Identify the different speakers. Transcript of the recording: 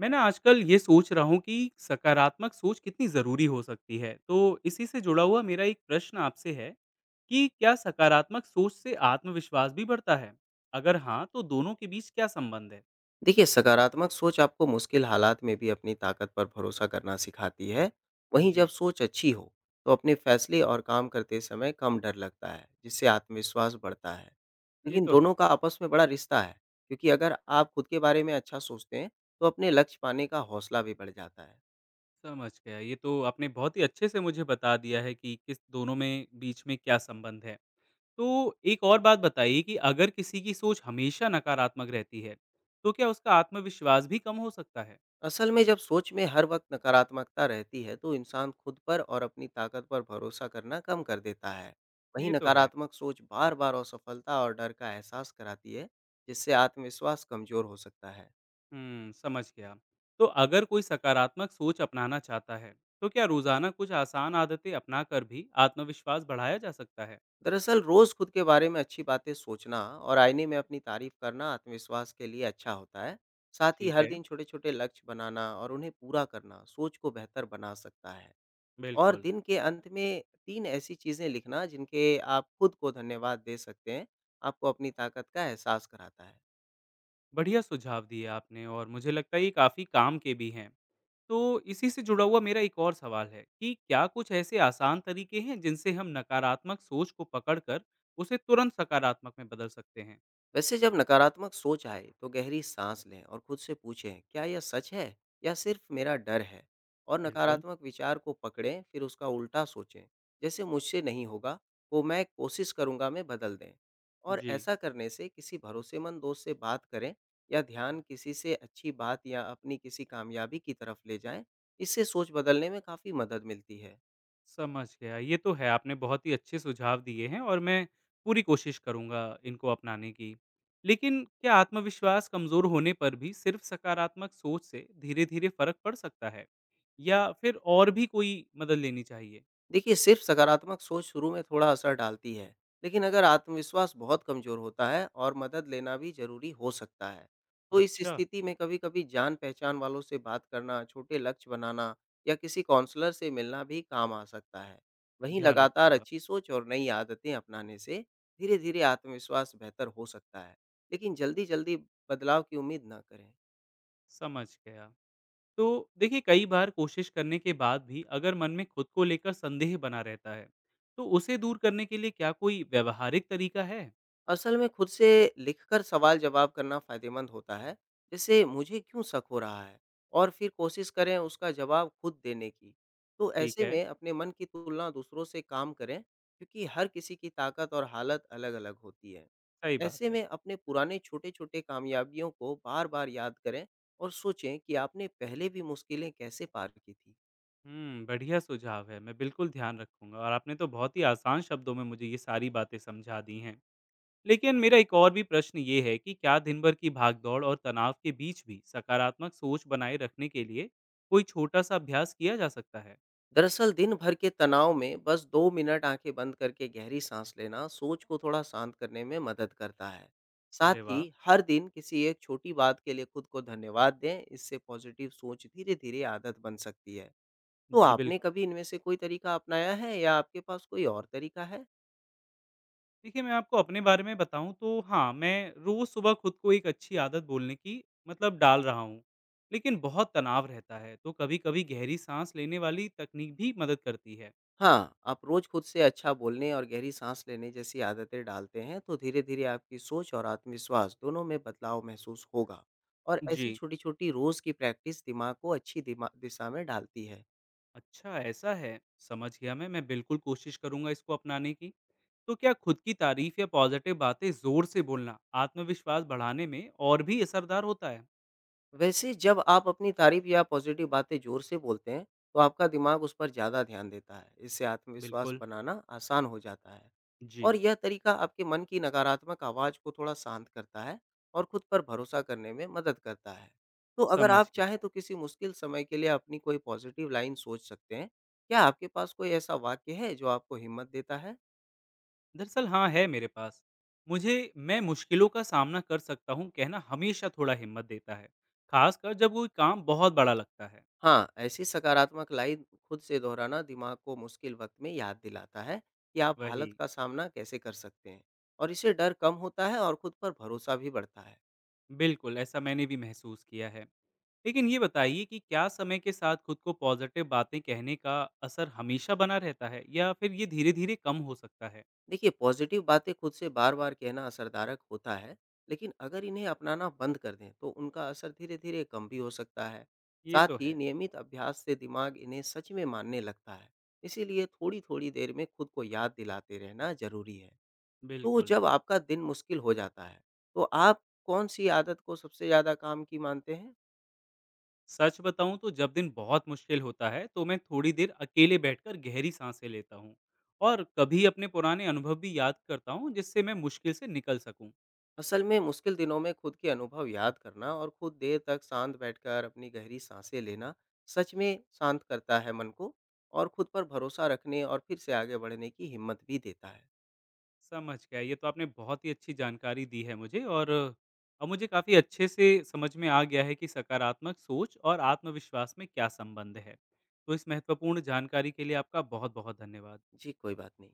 Speaker 1: मैं ना आजकल ये सोच रहा हूँ कि सकारात्मक सोच कितनी ज़रूरी हो सकती है। तो इसी से जुड़ा हुआ मेरा एक प्रश्न आपसे है कि क्या सकारात्मक सोच से आत्मविश्वास भी बढ़ता है? अगर हाँ, तो दोनों के बीच क्या संबंध है?
Speaker 2: देखिए, सकारात्मक सोच आपको मुश्किल हालात में भी अपनी ताकत पर भरोसा करना सिखाती है। वहीं जब
Speaker 1: जी,
Speaker 2: सोच अच्छी हो तो अपने फैसले और काम करते समय कम डर लगता है, जिससे आत्मविश्वास बढ़ता है।
Speaker 1: ये
Speaker 2: लेकिन
Speaker 1: तो है।
Speaker 2: दोनों का आपस में बड़ा रिश्ता है, क्योंकि अगर आप खुद के बारे में अच्छा सोचते हैं तो अपने लक्ष्य पाने का हौसला भी बढ़ जाता है।
Speaker 1: समझ गया। ये तो आपने बहुत ही अच्छे से मुझे बता दिया है कि किस दोनों में बीच में क्या संबंध है। तो एक और बात बताइए कि अगर किसी की सोच हमेशा नकारात्मक रहती है, तो क्या उसका आत्मविश्वास भी कम हो सकता है?
Speaker 2: असल में जब सोच में हर वक्त नकारात्मकता रहती है तो इंसान खुद पर और अपनी ताकत पर भरोसा करना कम कर देता है। वहीं
Speaker 1: ये तो है।
Speaker 2: नकारात्मक सोच बार बार असफलता और डर का एहसास कराती है, जिससे आत्मविश्वास कमजोर हो सकता है।
Speaker 1: हुँ, समझ गया। तो अगर कोई सकारात्मक सोच अपनाना चाहता है, तो क्या रोज़ाना कुछ आसान आदतें अपनाकर भी आत्मविश्वास बढ़ाया जा सकता है?
Speaker 2: दरअसल रोज खुद के बारे में अच्छी बातें सोचना और आईने में अपनी तारीफ करना आत्मविश्वास के लिए अच्छा होता है। साथ ही
Speaker 1: ठीक
Speaker 2: हर
Speaker 1: है,
Speaker 2: दिन छोटे छोटे लक्ष्य बनाना और उन्हें पूरा करना सोच को बेहतर बना सकता है। और
Speaker 1: बिल्कुल।
Speaker 2: दिन के अंत में 3 ऐसी चीज़ें लिखना जिनके आप खुद को धन्यवाद दे सकते हैं, आपको अपनी ताकत का एहसास कराता है।
Speaker 1: बढ़िया सुझाव दिए आपने और मुझे लगता है ये काफ़ी काम के भी हैं। तो इसी से जुड़ा हुआ मेरा एक और सवाल है कि क्या कुछ ऐसे आसान तरीके हैं जिनसे हम नकारात्मक सोच को पकड़कर उसे तुरंत सकारात्मक में बदल सकते हैं?
Speaker 2: वैसे जब नकारात्मक सोच आए तो गहरी सांस लें और खुद से पूछें, क्या यह सच है या सिर्फ मेरा डर है, और
Speaker 1: बिल्कुल।
Speaker 2: नकारात्मक विचार को पकड़ें फिर उसका उल्टा सोचें। जैसे मुझसे नहीं होगा वो मैं कोशिश करूंगा में बदल दें। और
Speaker 1: जी।
Speaker 2: ऐसा करने से किसी भरोसेमंद दोस्त से बात करें या ध्यान किसी से अच्छी बात या अपनी किसी कामयाबी की तरफ ले जाएं। इससे सोच बदलने में काफ़ी मदद मिलती है।
Speaker 1: समझ गया। ये तो है, आपने बहुत ही अच्छे सुझाव दिए हैं और मैं पूरी कोशिश करूँगा इनको अपनाने की। लेकिन क्या आत्मविश्वास कमज़ोर होने पर भी सिर्फ़ सकारात्मक सोच से धीरे-धीरे फ़र्क पड़ सकता है? या फिर और भी कोई मदद लेनी चाहिए?
Speaker 2: देखिए, सिर्फ सकारात्मक सोच शुरू में थोड़ा असर डालती है, लेकिन अगर आत्मविश्वास बहुत कमज़ोर होता है और मदद लेना भी ज़रूरी हो सकता है। तो इस
Speaker 1: अच्छा,
Speaker 2: स्थिति में कभी-कभी जान-पहचान वालों से बात करना, छोटे लक्ष्य बनाना या किसी काउंसलर से मिलना भी काम आ सकता है। वहीं
Speaker 1: ध्यान
Speaker 2: लगातार
Speaker 1: रखूँगा।
Speaker 2: अच्छी सोच और नई आदतें अपनाने से धीरे-धीरे आत्मविश्वास बेहतर हो सकता है, लेकिन जल्दी-जल्दी बदलाव की उम्मीद ना करें।
Speaker 1: समझ गया। तो देखिए कई बार कोशिश करने के बाद भी अगर मन में खुद को लेकर संदेह बना रहता है, तो उसे दूर करने के लिए क्या कोई व्यावहारिक तरीका है?
Speaker 2: असल में खुद से लिखकर सवाल जवाब करना फायदेमंद होता है। जैसे मुझे क्यों शक हो रहा है, और फिर कोशिश करें उसका जवाब खुद देने की। तो
Speaker 1: ठीक
Speaker 2: ऐसे
Speaker 1: है,
Speaker 2: में अपने मन की तुलना दूसरों से काम करें, क्योंकि हर किसी की ताकत और हालत अलग अलग होती है।
Speaker 1: सही बात
Speaker 2: ऐसे
Speaker 1: है।
Speaker 2: में अपने पुराने छोटे छोटे कामयाबियों को बार बार याद करें और सोचें कि आपने पहले भी मुश्किलें कैसे पार की थी।
Speaker 1: हुँ, बढ़िया सुझाव है, मैं बिल्कुल ध्यान रखूँगा और आपने तो बहुत ही आसान शब्दों में मुझे ये सारी बातें समझा दी हैं। लेकिन मेरा एक और भी प्रश्न ये है कि क्या दिन भर की भागदौड़ और तनाव के बीच भी सकारात्मक सोच बनाए रखने के लिए कोई छोटा-सा अभ्यास किया जा सकता है?
Speaker 2: दरअसल दिन भर के तनाव में बस 2 मिनट आंखें बंद करके गहरी सांस लेना सोच को थोड़ा शांत करने में मदद करता है। साथ
Speaker 1: अरे
Speaker 2: ही
Speaker 1: वाह!
Speaker 2: हर दिन किसी एक छोटी बात के लिए खुद को धन्यवाद दें, इससे पॉजिटिव सोच धीरे धीरे आदत बन सकती है। तो
Speaker 1: जी, बिल्कुल।
Speaker 2: आपने कभी इनमें से कोई तरीका अपनाया है या आपके पास कोई और तरीका है?
Speaker 1: देखिए, मैं आपको अपने बारे में बताऊँ तो हाँ, मैं रोज़ सुबह खुद को एक अच्छी आदत बोलने की मतलब डाल रहा हूँ, लेकिन बहुत तनाव रहता है, तो कभी-कभी गहरी साँस लेने वाली तकनीक भी मदद करती है।
Speaker 2: हाँ, आप रोज़ खुद से अच्छा बोलने और गहरी साँस लेने जैसी आदतें डालते हैं, तो धीरे-धीरे आपकी सोच और आत्मविश्वास दोनों में बदलाव महसूस होगा। और ऐसी
Speaker 1: जी।
Speaker 2: छोटी-छोटी रोज़ की प्रैक्टिस दिमाग को अच्छी दिमा दिशा में ढालती है।
Speaker 1: अच्छा, ऐसा है। समझ गया। मैं बिल्कुल कोशिश करूंगा इसको अपनाने की। तो क्या खुद की तारीफ या पॉजिटिव बातें जोर से बोलना आत्मविश्वास बढ़ाने में और भी असरदार होता है?
Speaker 2: वैसे जब आप अपनी तारीफ या पॉज़िटिव बातें ज़ोर से बोलते हैं, तो आपका दिमाग उस पर ज़्यादा ध्यान देता है। इससे आत्मविश्वास
Speaker 1: बिल्कुल।
Speaker 2: बनाना आसान हो जाता है।
Speaker 1: जी।
Speaker 2: और यह तरीका आपके मन की नकारात्मक आवाज़ को थोड़ा शांत करता है और खुद पर भरोसा करने में मदद करता है। तो अगर
Speaker 1: समझ
Speaker 2: आप
Speaker 1: गया।
Speaker 2: चाहें तो किसी मुश्किल समय के लिए अपनी कोई पॉज़िटिव लाइन सोच सकते हैं। क्या आपके पास कोई ऐसा वाक्य है जो आपको हिम्मत देता है?
Speaker 1: दरअसल हाँ, है मेरे पास। मुझे मैं मुश्किलों का सामना कर सकता हूँ, कहना हमेशा थोड़ा हिम्मत देता है, खासकर जब कोई काम बहुत बड़ा लगता है।
Speaker 2: हाँ, ऐसी सकारात्मक लाइन खुद से दोहराना दिमाग को मुश्किल वक़्त में याद दिलाता है कि आप
Speaker 1: वही।
Speaker 2: हालत का सामना कैसे कर सकते हैं। और इससे डर कम होता है और खुद पर भरोसा भी बढ़ता है।
Speaker 1: बिल्कुल, ऐसा मैंने भी महसूस किया है। लेकिन ये बताइए कि क्या समय के साथ खुद को पॉज़िटिव बातें कहने का असर हमेशा बना रहता है या फिर ये धीरे-धीरे कम हो सकता है?
Speaker 2: देखिए, पॉज़िटिव बातें खुद से बार-बार कहना असरदारक होता है, लेकिन अगर इन्हें अपनाना बंद कर दें तो उनका असर धीरे-धीरे कम भी हो सकता है।
Speaker 1: ये
Speaker 2: साथ
Speaker 1: तो
Speaker 2: ही
Speaker 1: है,
Speaker 2: नियमित अभ्यास से दिमाग इन्हें सच में मानने लगता है, इसीलिए थोड़ी-थोड़ी देर में खुद को याद दिलाते रहना ज़रूरी है। तो
Speaker 1: बिल्कुल।
Speaker 2: जब आपका दिन मुश्किल हो जाता है, तो आप कौन-सी आदत को सबसे ज़्यादा काम की मानते हैं?
Speaker 1: सच बताऊँ तो जब दिन बहुत मुश्किल होता है, तो मैं थोड़ी देर अकेले बैठकर गहरी साँसें लेता हूँ और कभी अपने पुराने अनुभव भी याद करता हूँ, जिससे मैं मुश्किल से निकल सकूँ।
Speaker 2: असल में मुश्किल दिनों में खुद के अनुभव याद करना और खुद देर तक शांत बैठकर अपनी गहरी साँसें लेना, सच में शांत करता है मन को, और खुद पर भरोसा रखने और फिर से आगे बढ़ने की हिम्मत भी देता है।
Speaker 1: समझ गया। ये तो आपने बहुत ही अच्छी जानकारी दी है मुझे और अब मुझे काफ़ी अच्छे से समझ में आ गया है कि सकारात्मक सोच और आत्मविश्वास में क्या संबंध है। तो इस महत्वपूर्ण जानकारी के लिए आपका बहुत-बहुत धन्यवाद।
Speaker 2: जी, कोई बात नहीं।